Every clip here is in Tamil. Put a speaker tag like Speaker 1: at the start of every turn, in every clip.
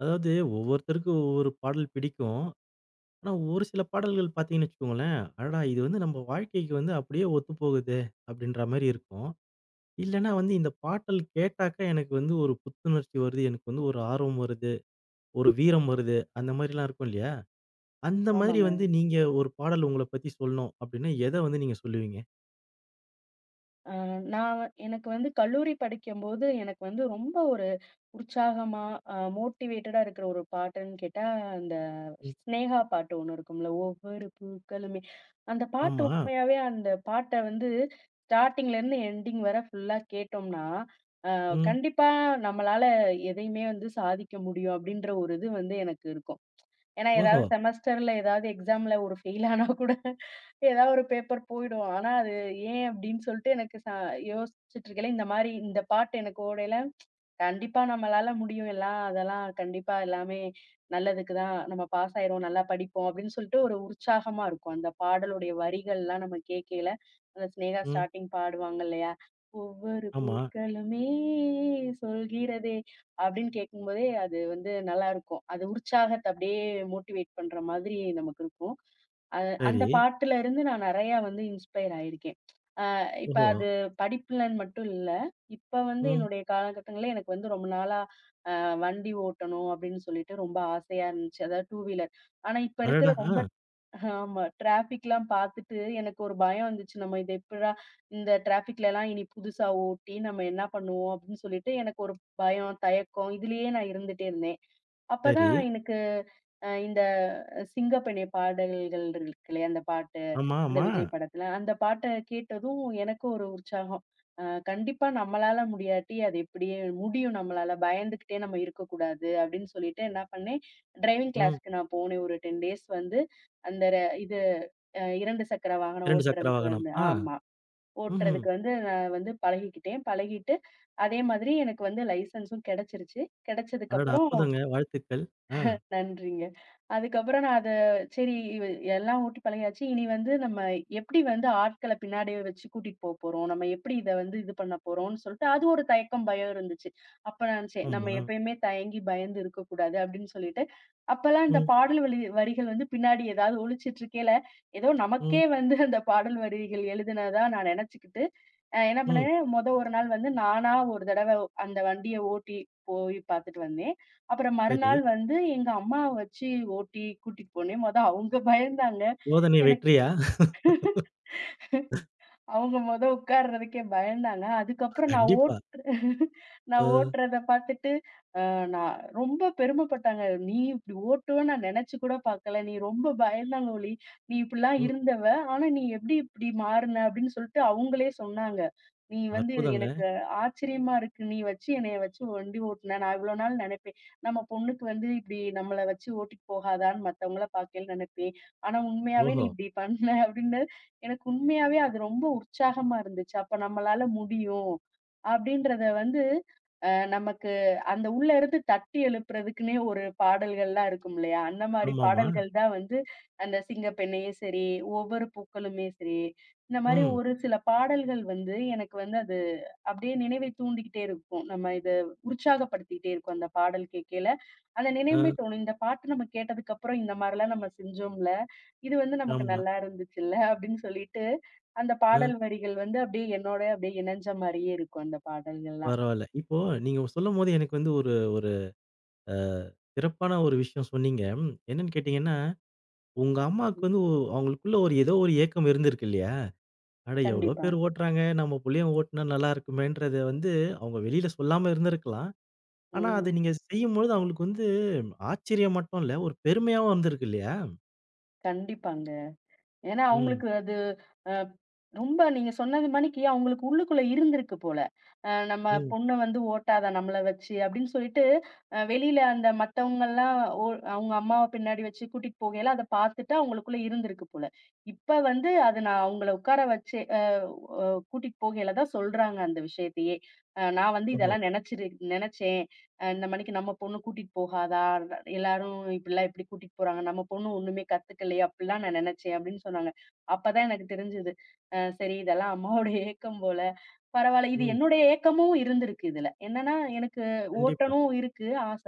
Speaker 1: அதாவது ஒவ்வொருத்தருக்கும் ஒவ்வொரு பாடல் பிடிக்கும். ஆனா, ஒரு சில பாடல்கள் பார்த்தீங்கன்னு வச்சுக்கோங்களேன், அடடா! இது நம்ம வாழ்க்கைக்கு அப்படியே ஒத்துப்போகுதே அப்படின்ற மாரி இருக்கும். இல்லன்னா இந்த பாட்டல் கேட்டாக்கா எனக்கு ஒரு புத்துணர்ச்சி வருது, எனக்கு ஒரு ஆர்வம் வருது, ஒரு வீரம் வருது அந்த மாரிலாம் இருக்கும் இல்லையா? அந்த மாதிரி
Speaker 2: ஆமாங்க.
Speaker 1: நீங்க ஒரு பாடல் உங்கள பத்தி சொல்லணும் அப்படின்னா, எத நீங்க சொல்லுவீங்க?
Speaker 2: அ எனக்கு வந்து கல்லூரி படிக்கும்போது, எனக்கு வந்து ரொம்ப ஒரு உற்சாகமா, மோட்டிவேட்டடா இருக்கிற ஒரு பாட்டுன்னு கேட்டா, அந்த
Speaker 1: ம்.
Speaker 2: ஸ்நேகா பாட்டு ஒண்ணு இருக்கும்ல, "ஒவ்வொரு பூக்களுமே" அந்த பாட்டு
Speaker 1: ஆமா.
Speaker 2: உண்மையாவே அந்த பாட்ட வந்து ஸ்டார்ட்டிங்லேருந்து எண்டிங் வர ஃபுல்லா கேட்டோம்னா, அ
Speaker 1: ம்.
Speaker 2: கண்டிப்பா நம்மளால எதையுமே வந்து சாதிக்க முடியும், அப்படின்ற ஒரு இது வந்து எனக்கு இருக்கும். ஏன்னா,
Speaker 1: ஓஹோ!
Speaker 2: ஏதாவது செமஸ்டர்ல ஏதாவது எக்ஸாம்ல ஒரு ஃபெயில் ஆனா கூட ஏதாவது ஒரு பேப்பர் போயிடும். ஆனா, அது ஏன் அப்படின்னு சொல்லிட்டு எனக்கு யோசிச்சுட்டு இருக்கையில இந்த மாரி இந்த பாட்டு எனக்கு ஓடையில கண்டிப்பா நம்மளால முடியும் எல்லாம். அதெல்லாம் கண்டிப்பா எல்லாமே நல்லதுக்கு தான். நம்ம பாஸ் ஆயிருவோம், நல்லா படிப்போம் அப்படின்னு சொல்லிட்டு ஒரு உற்சாகமா இருக்கும். அந்த பாடலுடைய வரிகள்லாம் நம்ம கேட்கையில, அந்த சினேகா
Speaker 1: ம்.
Speaker 2: ஸ்டார்ட்டிங் பாடுவாங்க இல்லையா? ஒவ்வொரு
Speaker 1: ஆமா.
Speaker 2: பூக்களுமே சொல்கிறதே அப்படின்னு கேட்கும்போதே அது வந்து நல்லாருக்கும். அது உற்சாகத்த அப்படியே மோட்டிவேட் பண்ற மாதிரி நமக்கு இருக்கும். அ அந்த
Speaker 1: சரி.
Speaker 2: பாட்டுல இருந்து நான் நெறையா வந்து இன்ஸ்பயர் ஆயிருக்கேன். அ இப்ப
Speaker 1: ஓஹோ!
Speaker 2: அது படிப்புலன்னு மட்டும் இல்ல. இப்ப வந்து
Speaker 1: ம்.
Speaker 2: என்னுடைய காலகட்டங்கள்ல எனக்கு வந்து ரொம்ப நாளா அ வண்டி ஓட்டணும் அப்படின்னு சொல்லிட்டு ரொம்ப ஆசையா இருந்துச்சு. அதாவது டூ வீலர். ஆனா இப்ப இருக்கிற
Speaker 1: அடடா!
Speaker 2: ரொம்ப
Speaker 1: ஆ.
Speaker 2: ஆமா. டிராஃபிக்லாம் பாத்துட்டு எனக்கு ஒரு பயம் வந்துச்சு. நம்ம இத எப்புட்றா இந்த டிராஃபிக்லலாம் இனி புதுசா ஓட்டி நம்ம என்ன பண்ணுவோம்? அப்டின்னு சொல்லிட்டு எனக்கு ஒரு பயம், தயக்கம் இதுலயே நான் இருந்துட்டே இருந்தேன்.
Speaker 1: சரி.
Speaker 2: அப்பதான் எனக்கு இந்த சிங்கப்பெண்ணே பாடல்கள் இருக்கு இல்லையா? அந்த பாட்டு,
Speaker 1: ஆமா,
Speaker 2: அந்த
Speaker 1: ஆமா.
Speaker 2: விஜய் படத்துல. அந்த பாட்ட கேட்டதும் எனக்கும் ஒரு உற்சாகம். அ கண்டிப்பா நம்மளால முடியாட்டி, அது எப்படியே முடியும் நம்மளால. பயந்துகிட்டே நம்ம இருக்கக்கூடாது அப்படின்னு சொல்லிட்டு என்ன பண்ணேன், டிரைவிங்
Speaker 1: ம்.
Speaker 2: கிளாஸ்க்கு நான் போனேன். ஒரு 10 டேஸ் வந்து அந்த ர இது அ 2 சக்கர வாகனம்
Speaker 1: 2 சக்கர
Speaker 2: ஓட்டுறதுக்கு
Speaker 1: வாகனம்.
Speaker 2: வந்து
Speaker 1: ஆ.
Speaker 2: ஆமா.
Speaker 1: ம்ஹ்ம்.
Speaker 2: ஓட்டுறதுக்கு வந்து நான் வந்து பழகிக்கிட்டேன். பழகிட்டு, அதே மாதிரி எனக்கு வந்து லைசென்ஸும் கிடைச்சிருச்சு.
Speaker 1: அடடா!
Speaker 2: கிடைச்சதுக்கப்புறம்
Speaker 1: அற்புதங்க. வாழ்த்துக்கள். ஆ.
Speaker 2: நன்றிங்க. அதுக்கப்புறம் நான் அத சரி இவ எல்லாம் ஓட்டி பழகியாச்சு. இனி வந்து நம்ம எப்படி வந்து ஆட்கள பின்னாடி வச்சு கூட்டிட்டு போறோம்? நம்ம எப்படி இத வந்து இது பண்ண போறோம்ன்னு சொல்லிட்டு, அது ஒரு தயக்கம், பயம் இருந்துச்சு. அப்ப நான் நினைச்சேன், நம்ம
Speaker 1: ஆமா.
Speaker 2: எப்பயுமே தயங்கி, பயந்து இருக்கக்கூடாது அப்படின்னு சொல்லிட்டு, அப்பலாம் இந்த
Speaker 1: ம்,
Speaker 2: பாடல் வலி வரிகள் வந்து பின்னாடி ஏதாவது ஒழிச்சிட்டு இருக்கையில, ஏதோ
Speaker 1: ம்,
Speaker 2: நமக்கே வந்து அந்த பாடல் வரிகள் எழுதுனதா நான் நெனச்சுக்கிட்டு, என்ன
Speaker 1: ம்.
Speaker 2: பண்ணேன், மொத ஒரு நாள் வந்து நானா ஒரு தடவ அந்த வண்டிய ஓட்டி போய் பார்த்துட்டு வந்தேன். அப்புறம்
Speaker 1: சரி.
Speaker 2: மறுநாள் வந்து எங்க அம்மாவ வச்சு ஓட்டி கூட்டிட்டு போனேன். மொத அவங்க பயந்தாங்க.
Speaker 1: சோதனை
Speaker 2: எனக்கு
Speaker 1: வெற்றியா?
Speaker 2: அவங்க மொத உட்கார்றதுக்கே பயந்தாங்க. அதுக்கப்புறம்
Speaker 1: கண்டிப்பா. அ,
Speaker 2: நான் ஓட்டுறத பார்த்துட்டு, அ நான் ரொம்ப பெருமைப்பட்டாங்க. "நீ இப்படி ஓட்டுவன்னு நான் நினைச்சு கூட பார்க்கல. நீ ரொம்ப பயந்தாங்க ஒளி. நீ இப்படிலாம்
Speaker 1: ம்.
Speaker 2: இருந்தவ. ஆனா நீ எப்படி இப்படி மாறுன?" அப்படின்னு சொல்லிட்டு அவங்களே சொன்னாங்க. "நீ வந்து
Speaker 1: அற்புதங்க.
Speaker 2: எனக்கு ஆச்சரியமா இருக்கு. நீ வச்சு என்னைய வச்சு வண்டி ஓட்டுன. நான் இவ்வளோ நாள் நினைப்பேன். நம்ம பொண்ணுக்கு வந்து இப்படி நம்மள வச்சு ஓட்டிட்டு போகாதான்னு மத்தவங்கள பார்க்கையில நினைப்பேன். ஆனா உண்மையாவே நீ
Speaker 1: ஓஹோ!
Speaker 2: இப்படி பண்ண" அப்படின்னு எனக்கு உண்மையாவே அது ரொம்ப உற்சாகமா இருந்துச்சு. அப்ப நம்மளால முடியும். அப்படின்றத வந்து நமக்கு அந்த உள்ள இருந்து தட்டி எழுப்புறதுக்குன்னே ஒரு பாடல்கள்லாம் இருக்கும் இல்லையா? அந்த மாரி
Speaker 1: ஆமாமா.
Speaker 2: பாடல்கள் தான் வந்து அந்த சிங்கப்பெண்ணையே சரி, ஒவ்வொரு பூக்களுமே சரி, இந்த மாரி
Speaker 1: ம்.
Speaker 2: ஒரு சில பாடல்கள் வந்து எனக்கு வந்து அது அப்படியே நினைவை தூண்டிக்கிட்டே இருக்கும். நம்ம இத உற்சாகப்படுத்திக்கிட்டே இருக்கும் அந்த பாடல் கேட்கையில. அந்த நினைவுமே
Speaker 1: அ,
Speaker 2: தோணும். இந்த பாட்டு நம்ம கேட்டதுக்கு அப்புறம் இந்த மாரிலாம் நம்ம செஞ்சோம்ல. இது வந்து நமக்கு
Speaker 1: ஆமா.
Speaker 2: நல்லா இருந்துச்சுல்ல அப்படின்னு சொல்லிட்டு, அந்த
Speaker 1: அ,
Speaker 2: பாடல் வரிகள் வந்து அப்படியே என்னோட அப்படியே இணைஞ்ச மாரியே இருக்கும் அந்த பாடல்கள்லாம்.
Speaker 1: பரவால்ல. இப்போ நீங்க சொல்லும்போது எனக்கு ஒரு ஒரு அ சிறப்பான ஒரு விஷயம் சொன்னீங்க. என்னன்னு கேட்டீங்கன்னா, உங்க அம்மாவுக்கு
Speaker 2: ம்.
Speaker 1: அவங்களுக்குள்ள ஒரு ஏதோ ஒரு ஏக்கம் இருந்திருக்கு இல்லையா? அட எவ்வளோ
Speaker 2: கண்டிப்பா.
Speaker 1: பேர் ஓட்டுறாங்க. நம்ம புள்ளையும் ஓட்டுனா நல்லா இருக்குமேன்றத அவங்க வெளியில சொல்லாம இருந்திருக்கலாம். ஆனா,
Speaker 2: ம்.
Speaker 1: அது நீங்க செய்யும்பொழுது அவங்களுக்கு ஆச்சரியம் மட்டும் இல்ல, ஒரு பெருமையாவும் வந்திருக்கு இல்லையா?
Speaker 2: கண்டிப்பாங்க. ஏன்னா,
Speaker 1: ம்,
Speaker 2: அவங்களுக்கு அது அ ரொம்ப நீங்க சொன்னது மாணிக்கு அவங்களுக்கு உள்ளுக்குள்ள இருந்திருக்கு போல. நம்ம
Speaker 1: ம்.
Speaker 2: பொண்ணு வந்து ஓட்டாதா நம்மள வச்சு அப்படின்னு சொல்லிட்டு, வெளியில அந்த மத்தவங்கலாம் அவங்க அம்மாவ பின்னாடி வச்சு கூட்டிட்டு போகையில அத பார்த்துட்டு அவங்களுக்குள்ள இருந்திருக்கு போல. இப்ப வந்து அது நான் அவங்கள உட்கார வச்சு கூட்டிட்டு போகையில தான் சொல்றாங்க அந்த விஷயத்தையே. நான் வந்து
Speaker 1: ஓஹோ!
Speaker 2: இதெல்லாம் நெனச்சிரு நெனச்சேன். இந்த மணிக்கு நம்ம பொண்ணு கூட்டிட்டு போகாதா? எல்லாரும் இப்படிலாம் எப்படி கூட்டிட்டு போறாங்க? நம்ம பொண்ணு ஒண்ணுமே கத்துக்கலையே! அப்படிலாம் நான் நினைச்சேன் அப்படின்னு சொன்னாங்க. அப்பதான் எனக்கு தெரிஞ்சது. சரி இதெல்லாம் அம்மாவோட ஏக்கம் போல. பரவால்ல. இது
Speaker 1: ம்.
Speaker 2: என்னுடைய ஏக்கமும் இருந்திருக்கு இதுல. என்னன்னா எனக்கு
Speaker 1: கண்டிப்பா.
Speaker 2: ஓட்டணும் இருக்கு ஆச.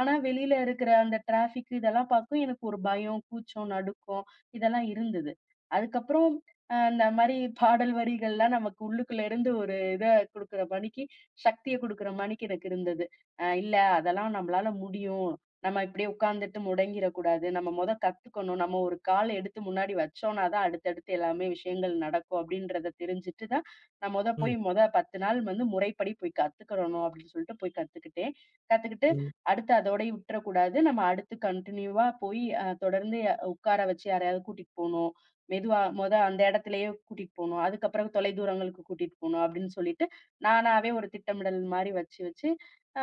Speaker 2: ஆனா வெளியில இருக்கிற அந்த டிராஃபிக் இதெல்லாம் பார்க்கும் எனக்கு ஒரு பயம், கூச்சம், நடுக்கம் இதெல்லாம் இருந்தது. அதுக்கப்புறம் இந்த மாரி பாடல் வரிகள்லாம் நமக்கு உள்ளுக்குள்ள இருந்து ஒரு இத குடுக்குற மணிக்கு, சக்திய குடுக்குற மணிக்கு எனக்கு இருந்தது. இல்ல அதெல்லாம் நம்மளால முடியும். நம்ம இப்படியே உட்கார்ந்துட்டு முடங்கிரக்கூடாது. நம்ம மொத கத்துக்கணும். நம்ம ஒரு கால் எடுத்து முன்னாடி வச்சோம்னா தான் அடுத்தடுத்து எல்லாமே விஷயங்கள் நடக்கும் அப்படின்றத தெரிஞ்சுட்டு தான், நான் மொத போய்
Speaker 1: ம்,
Speaker 2: மொத 10 நாள் வந்து முறைப்படி போய் கத்துக்கிறணும் அப்படின்னு சொல்லிட்டு போய் கத்துக்கிட்டேன். கத்துக்கிட்டு
Speaker 1: ம்.
Speaker 2: அடுத்து அதோடயே விட்டுறக்கூடாது. நம்ம அடுத்து கன்டினியூவா போய் தொடர்ந்து உட்கார வச்சு யாரையாவது கூட்டிட்டு போணும். மெதுவா மொத அந்த இடத்துலயே கூட்டிட்டு போணும். அதுக்கப்புறம் தொலைதூரங்களுக்கு கூட்டிட்டு போணும் அப்படின்னு சொல்லிட்டு, நானாவே ஒரு திட்டமிடல் மாரி வச்சு வச்சு, அ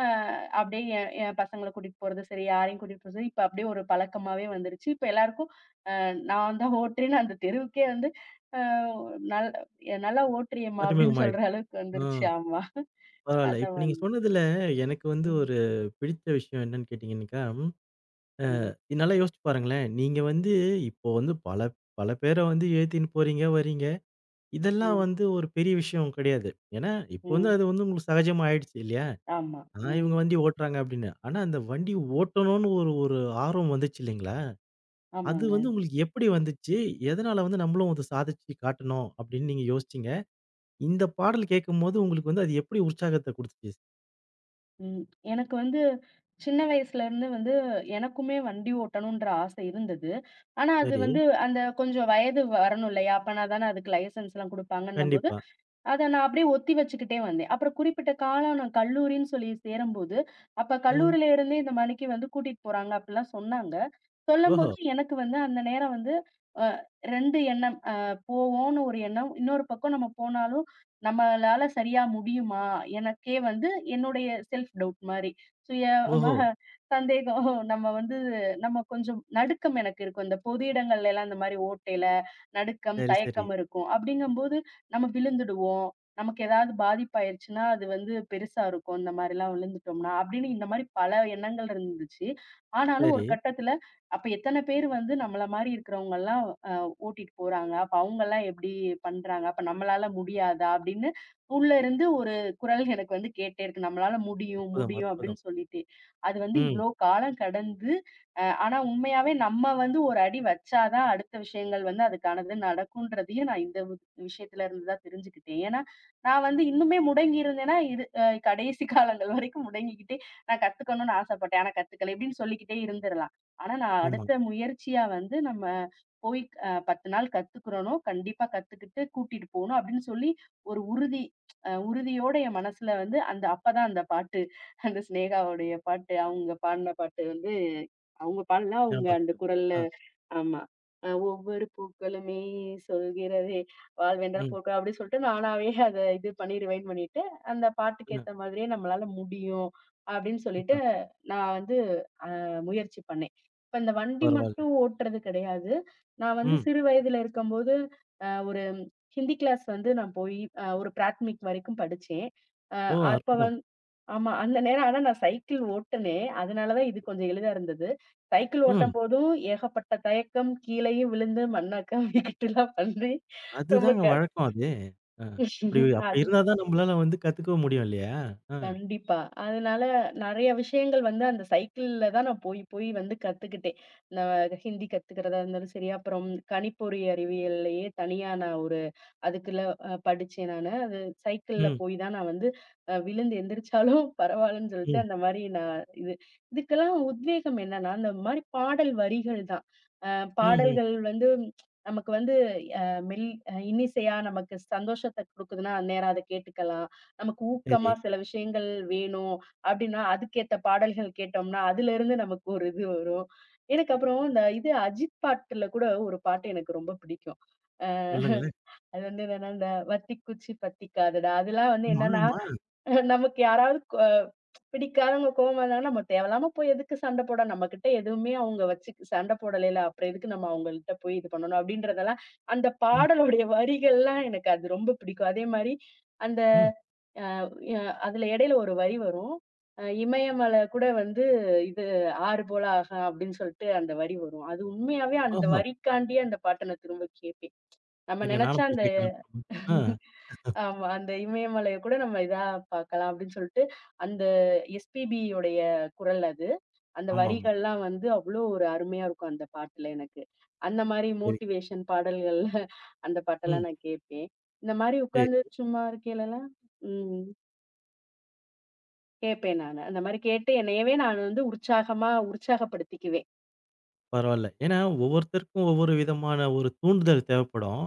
Speaker 2: அப்படியே என் என் பசங்கள கூட்டிட்டு போறது சரி, யாரையும் கூட்டிட்டு போறது சரி, இப்ப அப்படியே ஒரு பழக்கமாவே வந்துருச்சு. இப்ப எல்லாருக்கும் நான் தான் ஓட்டுறேன்னு அந்த தெருவுக்கே வந்து அ நல் நல்லா ஓட்டுறியேம்மா அப்படின்னு சொல்ற
Speaker 1: அறிமுகமாயிடுச்சு.
Speaker 2: அளவுக்கு
Speaker 1: ஆ
Speaker 2: வந்துருச்சு. ஆமா.
Speaker 1: பரவால்ல.
Speaker 2: அந்த
Speaker 1: இப்ப நீங்க
Speaker 2: மாதிரி.
Speaker 1: சொன்னதுல எனக்கு
Speaker 2: ம்,
Speaker 1: ஒரு பிடித்த விஷயம் என்னன்னு கேட்டீங்கன்னாக்கா,
Speaker 2: ம்,
Speaker 1: நல்லா யோசிச்சு பாருங்களேன். நீங்க இப்போ பல பல பேர ஏத்தின்னு போறீங்க, வர்றீங்க. இதெல்லாம்
Speaker 2: ம்,
Speaker 1: ஒரு பெரிய விஷயம் கிடையாது. ஏன்னா, இப்போ
Speaker 2: ம்.
Speaker 1: அது உங்களுக்கு சகஜமா ஆயிடுச்சு இல்லையா?
Speaker 2: ஆமா.
Speaker 1: ஆ
Speaker 2: ம்.
Speaker 1: இவங்க வண்டி ஓட்டுறாங்க அப்படின்னு. ஆனா அந்த வண்டி ஓட்டணும்னு ஒரு ஒரு ஆர்வம் வந்துச்சு இல்லைங்களா? அது
Speaker 2: ஆமாங்க.
Speaker 1: உங்களுக்கு எப்படி வந்துச்சு? எதனால நம்மளும் அத சாதிச்சு காட்டணும் அப்படின்னு நீங்க யோசிச்சீங்க? இந்த பாடல் கேட்கும்போது உங்களுக்கு அது எப்படி உற்சாகத்த குடுத்துச்சு?
Speaker 2: ம். எனக்கு வந்து சின்ன வயசுல இருந்து வந்து எனக்குமே வண்டி ஓட்டணும்ன்ற ஆசை இருந்தது. ஆனா அது
Speaker 1: சரி,
Speaker 2: வந்து அந்த கொஞ்சம் வயது வரணும் இல்லையா? அப்பனா தானே அதுக்கு லைசென்ஸ்லாம் குடுப்பாங்கன்னும்போது,
Speaker 1: கண்டிப்பா.
Speaker 2: அத நான் அப்படியே ஒத்தி வச்சுக்கிட்டே வந்தேன். அப்புறம் குறிப்பிட்ட காலம் நான் கல்லூரின்னு சொல்லி சேரும்போது, அப்ப
Speaker 1: ம்.
Speaker 2: கல்லூரியில இருந்தே இந்த மணிக்கு வந்து கூட்டிட்டு போறாங்க அப்படிலாம் சொன்னாங்க.
Speaker 1: ஓஹோ!
Speaker 2: சொல்லும்போது எனக்கு வந்து அந்த நேரம் வந்து அ 2 எண்ணம். போவோம்னு ஒரு எண்ணம். இன்னொரு பக்கம் நம்ம போனாலும் நம்மளால சரியா முடியுமா? எனக்கே வந்து என்னுடைய செல்ஃப் டவுட் மாரி. சுயமா
Speaker 1: ஓஹோ!
Speaker 2: சந்தேகம். நம்ம வந்து நம்ம கொஞ்சம் நடுக்கம் எனக்கு இருக்கும். இந்த பொது இடங்கள்ல எல்லாம் இந்த மாரி ஓட்டையில நடுக்கம்,
Speaker 1: சரி, சரி,
Speaker 2: தயக்கம் இருக்கும். அப்படிங்கும்போது நம்ம விழுந்துடுவோம். நமக்கு ஏதாவது பாதிப்பாயிருச்சுன்னா, அது வந்து பெருசா இருக்கும். இந்த மாரிலாம் விழுந்துட்டோம்னா, அப்படின்னு இந்த மாரி பல எண்ணங்கள் இருந்துச்சு. ஆனாலும் ஒரு
Speaker 1: சரி.
Speaker 2: கட்டத்துல, அப்ப எத்தன பேரு வந்து நம்மள மாரி இருக்கிறவங்கலாம் அ ஓட்டிட்டு போறாங்க? அப்ப அவங்கலாம் எப்படி பண்றாங்க? அப்ப நம்மளால முடியாதா? அப்படின்னு உள்ள இருந்து ஒரு குரல் எனக்கு வந்து கேட்டே இருக்கு. நம்மளால முடியும்,
Speaker 1: அற்புதம்,
Speaker 2: முடியும் அப்படின்னு
Speaker 1: அற்புதம்.
Speaker 2: சொல்லிட்டு. அது வந்து
Speaker 1: ம்.
Speaker 2: இவ்ளோ காலம் கடந்து, ஆனா உண்மையாவே நம்ம வந்து ஒரு அடி வச்சா தான் அடுத்த விஷயங்கள் வந்து அதுக்கானது நடக்குன்றதையும் நான் இந்த விஷயத்துல இருந்து தான் தெரிஞ்சுக்கிட்டேன். ஏன்னா, நான் வந்து இன்னுமே முடங்கி இருந்தேன்னா, இது கடைசி காலங்கள் வரைக்கும் முடங்கிக்கிட்டே, நான் கத்துக்கணும்னு ஆசைப்பட்டேன். ஆனா கத்துக்கல இப்படின்னு சொல்லிக்கிட்டே இருந்துரலாம். ஆனா நான்
Speaker 1: ஆமா.
Speaker 2: அடுத்த முயற்சியா வந்து நம்ம போய் 10 நாள் கத்துக்கிறோனோ, கண்டிப்பா கத்துக்கிட்டு கூட்டிட்டு போணும் அப்படின்னு சொல்லி ஒரு உறுதி உறுதியோட என் மனசுல வந்து அந்த அப்பதான் அந்த பாட்டு அந்த சினேகாவுடைய பாட்டு, அவங்க பாடின பாட்டு வந்து அவங்க பாடல அவங்க அந்த
Speaker 1: ஞாபகம்.
Speaker 2: குரல்ல
Speaker 1: அ,
Speaker 2: ஆமா. ஒவ்வொரு பூக்களுமே சொல்கிறதே வாழ்வென்ற
Speaker 1: ம்,
Speaker 2: பூக்கள் அப்படின்னு சொல்லிட்டு நானாவே அத இது பண்ணி ரிவைண்ட் பண்ணிட்டு, அந்த பாட்டுக்கு
Speaker 1: ம்.
Speaker 2: ஏத்த மாதிரியே நம்மளால முடியும் அப்படின்னு சொல்லிட்டு
Speaker 1: ம்.
Speaker 2: நான் வந்து முயற்சி பண்ணேன். இப்ப இந்த வண்டி
Speaker 1: பரவால்ல.
Speaker 2: மட்டும் ஓட்டுறது கிடையாது. நான் வந்து
Speaker 1: ம்.
Speaker 2: சிறு வயதுல இருக்கும்போது, ஒரு ஹிந்தி கிளாஸ் வந்து நான் போயி ஒரு பிராத்மிக் வரைக்கும் படிச்சேன். அ
Speaker 1: ஓ!
Speaker 2: அப்ப
Speaker 1: அற்புதம்.
Speaker 2: வந் ஆமா. அந்த நேரம் ஆனா நான் சைக்கிள் ஓட்டுனேன். அதனால தான் இது கொஞ்சம் எளிதா இருந்தது. சைக்கிள்
Speaker 1: ம்.
Speaker 2: ஓட்டம்போதும் ஏகப்பட்ட தயக்கம், கீழேயும் விழுந்து மண்ண கவ்விக்கிட்டுலாம் பண்ணி ரொம்ப
Speaker 1: அதுதாங்க
Speaker 2: க
Speaker 1: வழக்கம் அது. அ. அப்படி அப்படி
Speaker 2: அது
Speaker 1: இருந்தா தான் நம்மளால கத்துக்கவும் முடியும் இல்லையா? அ.
Speaker 2: கண்டிப்பா. அதனால நெறைய விஷயங்கள் வந்து அந்த சைக்கிள்ல தான் நான் போய் போய் வந்து கத்துக்கிட்டேன். நான் ஹிந்தி கத்துக்கிறதா இருந்தாலும் சரி, அப்புறம் கணிப்பொறி அறிவியல்லயே தனியா நான் அதுக்குள்ள படிச்சேன் நானு. அது சைக்கிள்ல
Speaker 1: ம்.
Speaker 2: போய் தான் நான் வந்து விழுந்து எந்திரிச்சாலும் பரவால்லன்னு சொல்லிட்டு
Speaker 1: ம்.
Speaker 2: அந்த மாரி நான் இது இதுக்கெல்லாம் உத்வேகம் என்னன்னா, அந்த மாரி பாடல் வரிகள் தான். அ
Speaker 1: ம்ஹ்ம்.
Speaker 2: பாடல்கள் வந்து ம், நமக்கு வந்து அ மெல் இன்னிசையா நமக்கு சந்தோஷத்த குடுக்குதுன்னா, அந்நேரம் அத கேட்டுக்கலாம். நமக்கு
Speaker 1: சரி.
Speaker 2: ஊக்கமா சில விஷயங்கள் வேணும் அப்டின்னா, அதுக்கேத்த பாடல்கள் கேட்டோம்னா, அதுலருந்து நமக்கு ஒரு இது வரும். எனக்கு அப்புறம் இந்த இது அஜித் பாட்டுல கூட ஒரு பாட்டு எனக்கு ரொம்ப பிடிக்கும்.
Speaker 1: சொல்லுங்களேன்.
Speaker 2: அது வந்து என்னன்னா, இந்த வத்திக்குச்சி பத்திக்காதடா. அதெல்லாம் வந்து
Speaker 1: ஆமா,
Speaker 2: என்னன்னா,
Speaker 1: ஆமா.
Speaker 2: நமக்கு யாராவது பிடிக்காதவங்க கோவமா இருந்தாங்கன்னா, நம்ம தேவையில்லாம போய் எதுக்கு சண்ட போட? நம்மகிட்ட எதுவுமே அவங்க வச்சு சண்ட போடலைல. அப்புறம் எதுக்கு நம்ம அவங்கள்ட்ட போய் இது பண்ணணும்? அப்படின்றதெல்லாம் அந்த
Speaker 1: ம்.
Speaker 2: பாடலுடைய வரிகள்லாம் எனக்கு அது ரொம்ப பிடிக்கும். அதே மாரி அந்த
Speaker 1: ம்.
Speaker 2: அ அதுல இடையில ஒரு வரி வரும். இமயமலை கூட வந்து இது "ஆறு போல ஆகா" அப்படின்னு சொல்லிட்டு அந்த வரி வரும். அது உண்மையாவே அந்த
Speaker 1: ஓஹோ!
Speaker 2: வரிக்காண்டியே அந்த பாட்ட நான் திரும்ப கேட்பேன். நம்ம
Speaker 1: இருங்க
Speaker 2: நெனைச்சா
Speaker 1: நானும் போய்
Speaker 2: அந்த
Speaker 1: கேட்கிறேன். ஆ,
Speaker 2: ஆமா. அந்த இமயமலைய கூட நம்ம இதா பார்க்கலாம் அப்படின்னு சொல்லிட்டு, அந்த எஸ்பிபி உடைய குரல் அது. அந்த
Speaker 1: ஆமாமா.
Speaker 2: வரிகள்லாம் வந்து அவ்ளோ ஒரு அருமையா இருக்கும் அந்த பாட்டுல எனக்கு. அந்த மாரி
Speaker 1: சரி.
Speaker 2: மோட்டிவேஷன் பாடல்கள்ல அந்த
Speaker 1: ம்.
Speaker 2: பாட்டெல்லாம் நான் கேட்பேன். இந்த மாரி
Speaker 1: சரி.
Speaker 2: உட்கார்ந்து சும்மா இருக்கையிலலாம் ம். கேட்பேன் நானு. அந்த மாரி கேட்டு என்னையவே நான் வந்து உற்சாகமா உற்சாகப்படுத்திக்குவேன்.
Speaker 1: பரவால்ல. ஏன்னா ஒவ்வொருத்தருக்கும் ஒவ்வொரு விதமான ஒரு தூண்டுதல் தேவைப்படும்.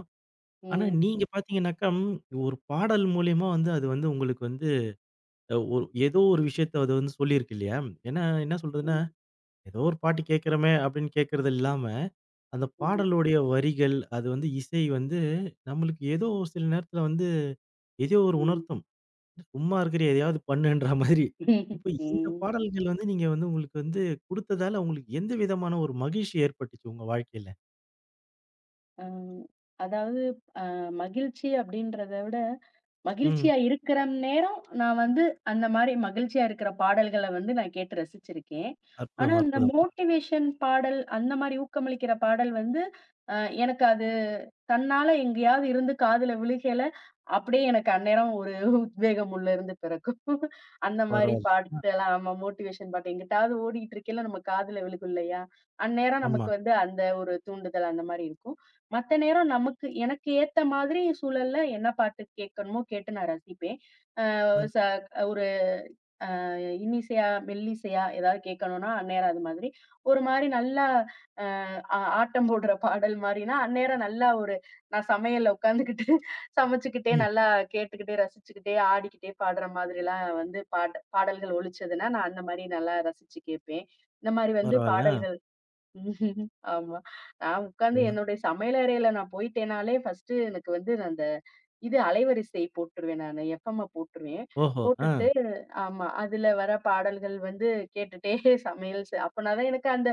Speaker 1: ஆனா
Speaker 2: ம்,
Speaker 1: நீங்க பார்த்தீங்கன்னாக்கா, ஒரு பாடல் மூலியமா அது உங்களுக்கு ஒரு ஏதோ ஒரு விஷயத்த அது சொல்லியிருக்கு இல்லையா? ஏன்னா என்ன சொல்றதுன்னா,
Speaker 2: ம்,
Speaker 1: ஏதோ ஒரு பாட்டு கேட்கிறோமே அப்படின்னு கேட்கிறது இல்லாம, அந்த
Speaker 2: ம்,
Speaker 1: பாடலுடைய வரிகள், அது இசை நம்மளுக்கு ஏதோ ஒரு சில நேரத்தில ஏதோ ஒரு
Speaker 2: ம்,
Speaker 1: உணர்த்தும். சும்மா இருக்கிறியா? எதையாவது பண்ணுன்ற மாதிரி. இப்ப இந்த
Speaker 2: ம்.
Speaker 1: பாடல்கள் நீங்க உங்களுக்கு குடுத்ததால, உங்களுக்கு எந்த விதமான ஒரு மகிழ்ச்சி ஏற்பட்டுச்சு உங்க வாழ்க்கையில?
Speaker 2: அம். அதாவது அ மகிழ்ச்சி அப்படின்றத விட,
Speaker 1: ம்.
Speaker 2: மகிழ்ச்சியா இருக்கிற நேரம் நான் வந்து அந்த மாரி மகிழ்ச்சியா இருக்கிற பாடல்கள வந்து நான் கேட்டு ரசிச்சிருக்கேன். ஆனா,
Speaker 1: அற்புதம்,
Speaker 2: இந்த
Speaker 1: அற்புதம்.
Speaker 2: மோட்டிவேஷன் பாடல் அந்த மாரி ஊக்கமளிக்கிற பாடல் வந்து அ எனக்கு அது தன்னால எங்கேயாவது இருந்து காதுல விழுகையில, அப்படியே எனக்கு அந்நேரம் ஒரு உத்வேகம் உள்ள இருந்து பிறக்கும். அந்த மாரி
Speaker 1: பரவால்ல. அ
Speaker 2: பாட்டெல்லாம் ஆமா மோட்டிவேஷன் பாட்டு எங்கிட்டாவது ஓடிட்டு இருக்கையில நம்ம காதுல விழுகும் இல்லையா? அந்நேரம் நமக்கு
Speaker 1: ஆமா.
Speaker 2: வந்து அந்த ஒரு தூண்டுதல் அந்த மாரி இருக்கும். மத்த நேரம் நமக்கு எனக்கு ஏத்த மாதிரி சூழல்ல என்ன பாட்டு கேட்கணுமோ கேட்டு நான் ரசிப்பேன். அ
Speaker 1: ம்,
Speaker 2: ச ஒரு இன்னிசையா, மெல்லிசையா ஏதாவது கேட்கணும்னா, அந்நேரம் அது மாதிரி. ஒரு மாரி நல்லா அ ஆ ஆட்டம் போடுற பாடல் மாரினா, அந்நேரம் நல்லா ஒரு நான் சமையல்ல உட்காந்துக்கிட்டு சமைச்சுக்கிட்டே
Speaker 1: ம்.
Speaker 2: நல்லா கேட்டுக்கிட்டே, ரசிச்சுக்கிட்டே, ஆடிக்கிட்டே பாடுற மாதிரிலாம் வந்து பாட பாடல்கள் ஒலிச்சதுன்னா, நான் அந்த மாரி நல்லா ரசிச்சு கேட்பேன். இந்த மாரி வந்து
Speaker 1: பரவால்ல. அ.
Speaker 2: பாடல்கள் ம்ஹ்ம். ஆமா. நான் உட்கார்ந்து
Speaker 1: ம்.
Speaker 2: என்னுடைய சமையல் அறையில நான் போயிட்டேனாலே ஃபர்ஸ்ட்டு எனக்கு வந்து அந்த இது அலைவரிசை போட்டுருவேன் நானு. எஃப்எம்ம போட்டுருவேன்.
Speaker 1: ஓஹோ! ஆ.
Speaker 2: போட்டுட்டு ஆமா. அதுல வர பாடல்கள் வந்து கேட்டுட்டே சமையல் செ அப்பனா தான் எனக்கு அந்த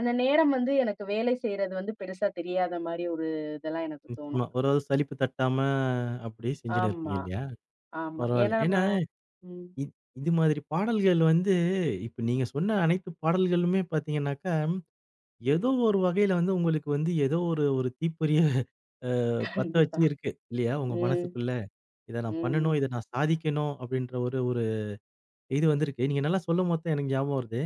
Speaker 2: அந்த நேரம் வந்து எனக்கு வேலை செய்றது வந்து பெருசா தெரியாத மாரி ஒரு இதெல்லாம் எனக்கு தோணும்.
Speaker 1: நிச்சயமா. ஓரளவு சலிப்பு தட்டாம அப்படி செஞ்சுன்னு
Speaker 2: ஆமா,
Speaker 1: இருப்பீங்க இல்லையா?
Speaker 2: ஆமா.
Speaker 1: பரவால்ல.
Speaker 2: ஏன்னா நம்ம
Speaker 1: ஏன்னா,
Speaker 2: ம்.
Speaker 1: இ இது மாதிரி பாடல்கள் இப்ப நீங்க சொன்ன அனைத்து பாடல்களுமே பார்த்தீங்கன்னாக்கா ஏதோ ஒரு வகையில உங்களுக்கு ஏதோ ஒரு ஒரு தீப்பொறிய அ பத்த வச்சு
Speaker 2: கண்டிப்பா.
Speaker 1: இருக்கு. இல்லையா? உங்க
Speaker 2: ம்.
Speaker 1: மனசுக்குள்ள. இத நான்
Speaker 2: ம்.
Speaker 1: பண்ணணும், இத நான் சாதிக்கணும் அப்படின்ற ஒரு ஒரு இது வந்திருக்கு. நீங்க நல்லா சொல்லும்போது தான் எனக்கு ஞாபகம் வருது.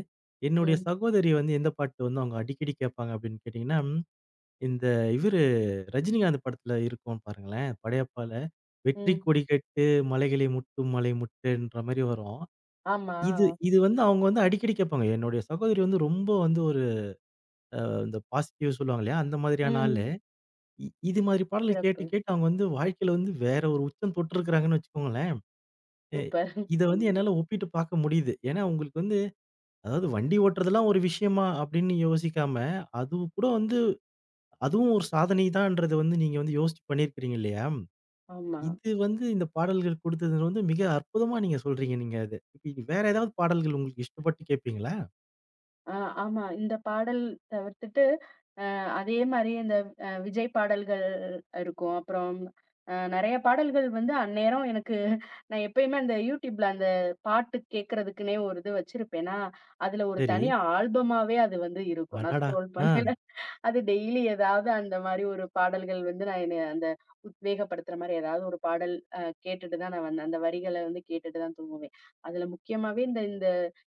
Speaker 1: என்னுடைய
Speaker 2: ம்.
Speaker 1: சகோதரி எந்த பாட்டு அவங்க அடிக்கடி கேட்பாங்க அப்படின்னு கேட்டீங்கன்னா, இந்த இவரு ரஜினிகாந்த் படத்துல இருக்கும் பாருங்களேன். படையப்பால "வெற்றி
Speaker 2: ம்.
Speaker 1: கொடி கட்டு மலைகளை முட்டும் மலை முட்டுன்ற" மாரி வரும்.
Speaker 2: ஆமா.
Speaker 1: இது இது அவங்க அடிக்கடி கேட்பாங்க. என்னுடைய சகோதரி ரொம்ப ஒரு அ இந்த பாசிட்டிவ் சொல்லுவாங்க இல்லையா? அந்த மாதிரியான ஆளு.
Speaker 2: ம்.
Speaker 1: இது மாதிரி பாடல கேட்டு,
Speaker 2: சிறப்பு.
Speaker 1: கேட்டு அவங்க வாழ்க்கையில வேற ஒரு உச்சம் தொட்டிருக்கிறாங்கன்னு வச்சுக்கோங்களேன். எ
Speaker 2: சூப்பர்.
Speaker 1: இத
Speaker 2: ம்.
Speaker 1: என்னால ஒப்பிட்டு பார்க்க முடியுது. ஏன்னா உங்களுக்கு அதாவது வண்டி ஓட்டுறதெல்லாம் ஒரு விஷயமா அப்படின்னு யோசிக்காம, அதுவும் கூட அதுவும் ஒரு சாதனை தான்றத நீங்க யோசிச்சு பண்ணியிருக்கிறீங்க இல்லையா?
Speaker 2: ஆமா.
Speaker 1: இது இந்த பாடல்கள் குடுத்தது மிக அற்புதமா நீங்க சொல்றீங்க நீங்க அத. இப்ப இது வேற ஏதாவது பாடல்கள் உங்களுக்கு இஷ்டப்பட்டு கேட்பீங்களா?
Speaker 2: ஆ ஆமா. இந்த பாடல் தவிர்த்துட்டு, அதே மாரி இந்த விஜய் பாடல்கள் இருக்கும். அப்புறம் நெறைய பாடல்கள் வந்து அந்நேரம் எனக்கு நான் எப்பயுமே அந்த யூடியூப்ல அந்த பாட்டு கேட்கறதுக்குன்னே ஒரு இது வச்சிருப்பேனா, அதுல ஒரு
Speaker 1: சரி.
Speaker 2: தனி ஆல்பமாவே அது வந்து இருக்கும். நான்
Speaker 1: அடடா!
Speaker 2: ஸ்க்ரோல்
Speaker 1: ஆ.
Speaker 2: பண்ண அது டெய்லி ஏதாவது அந்த மாரி ஒரு பாடல்கள் வந்து நான் என்னைய அந்த உத்வேகப்படுத்துற மாரி ஏதாவது ஒரு பாடல் கேட்டுட்டு தான் நான் வந்து அந்த வரிகள வந்து கேட்டுட்டு தான் தூங்குவேன். அதுல முக்கியமாவே இந்த இந்த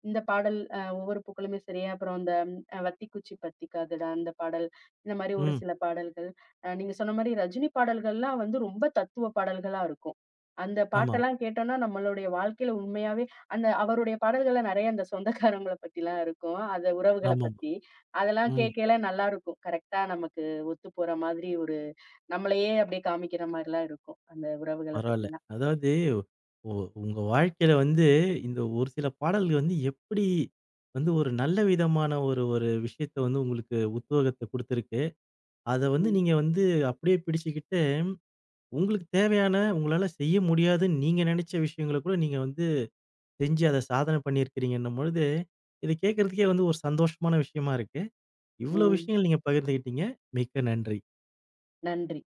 Speaker 2: இந்த பாடல் ஒவ்வொரு பூக்களுமே சரி, அப்புறம் அந்த "வத்திக்குச்சி பத்திக்காதடா" அந்த பாடல், இந்த மாரி ஒரு
Speaker 1: ம்.
Speaker 2: சில பாடல்கள். நீங்க சொன்ன மாரி ரஜினி பாடல்கள்லாம் வந்து ரொம்ப தத்துவ பாடல்களா இருக்கும். அந்த
Speaker 1: ஆமா.
Speaker 2: பாட்டெல்லாம் கேட்டோம்னா, நம்மளுடைய வாழ்க்கையில உண்மையாவே அந்த அவருடைய பாடல்கள்ல நெறைய அந்த சொந்தக்காரவங்கள பத்திலாம் இருக்கும். அந்த உறவுகள
Speaker 1: ஆமாமா.
Speaker 2: பத்தி. அதெல்லாம்
Speaker 1: ம்.
Speaker 2: கேட்கையில நல்லா இருக்கும். கரெக்ட்டா நமக்கு ஒத்துப்போற மாதிரி ஒரு நம்மளையே அப்படியே காமிக்கிற மாரிலாம் இருக்கும். அந்த உறவுகள
Speaker 1: பரவால்ல.
Speaker 2: பத்தினா.
Speaker 1: அதாவது ஒ உங்க வாழ்க்கையில இந்த ஒரு சில பாடல்கள் எப்படி ஒரு நல்ல விதமான ஒரு ஒரு விஷயத்த உங்களுக்கு உத்வேகத்த குடுத்திருக்கு. அத
Speaker 2: ம்,
Speaker 1: நீங்க அப்படியே பிடிச்சுக்கிட்டு, உங்களுக்கு தேவையான, உங்களால செய்ய முடியாதுன்னு நீங்க நெனச்ச விஷயங்கள கூட நீங்க செஞ்சு அத சாதனை பண்ணியிருக்கிறீங்கன்னும் பொழுது, இத கேட்கறதுக்கே ஒரு சந்தோஷமான விஷயமா இருக்கு. இவ்வளோ
Speaker 2: ம்.
Speaker 1: விஷயங்கள் நீங்க பகிர்ந்துகிட்டீங்க. மிக்க நன்றி.
Speaker 2: நன்றி.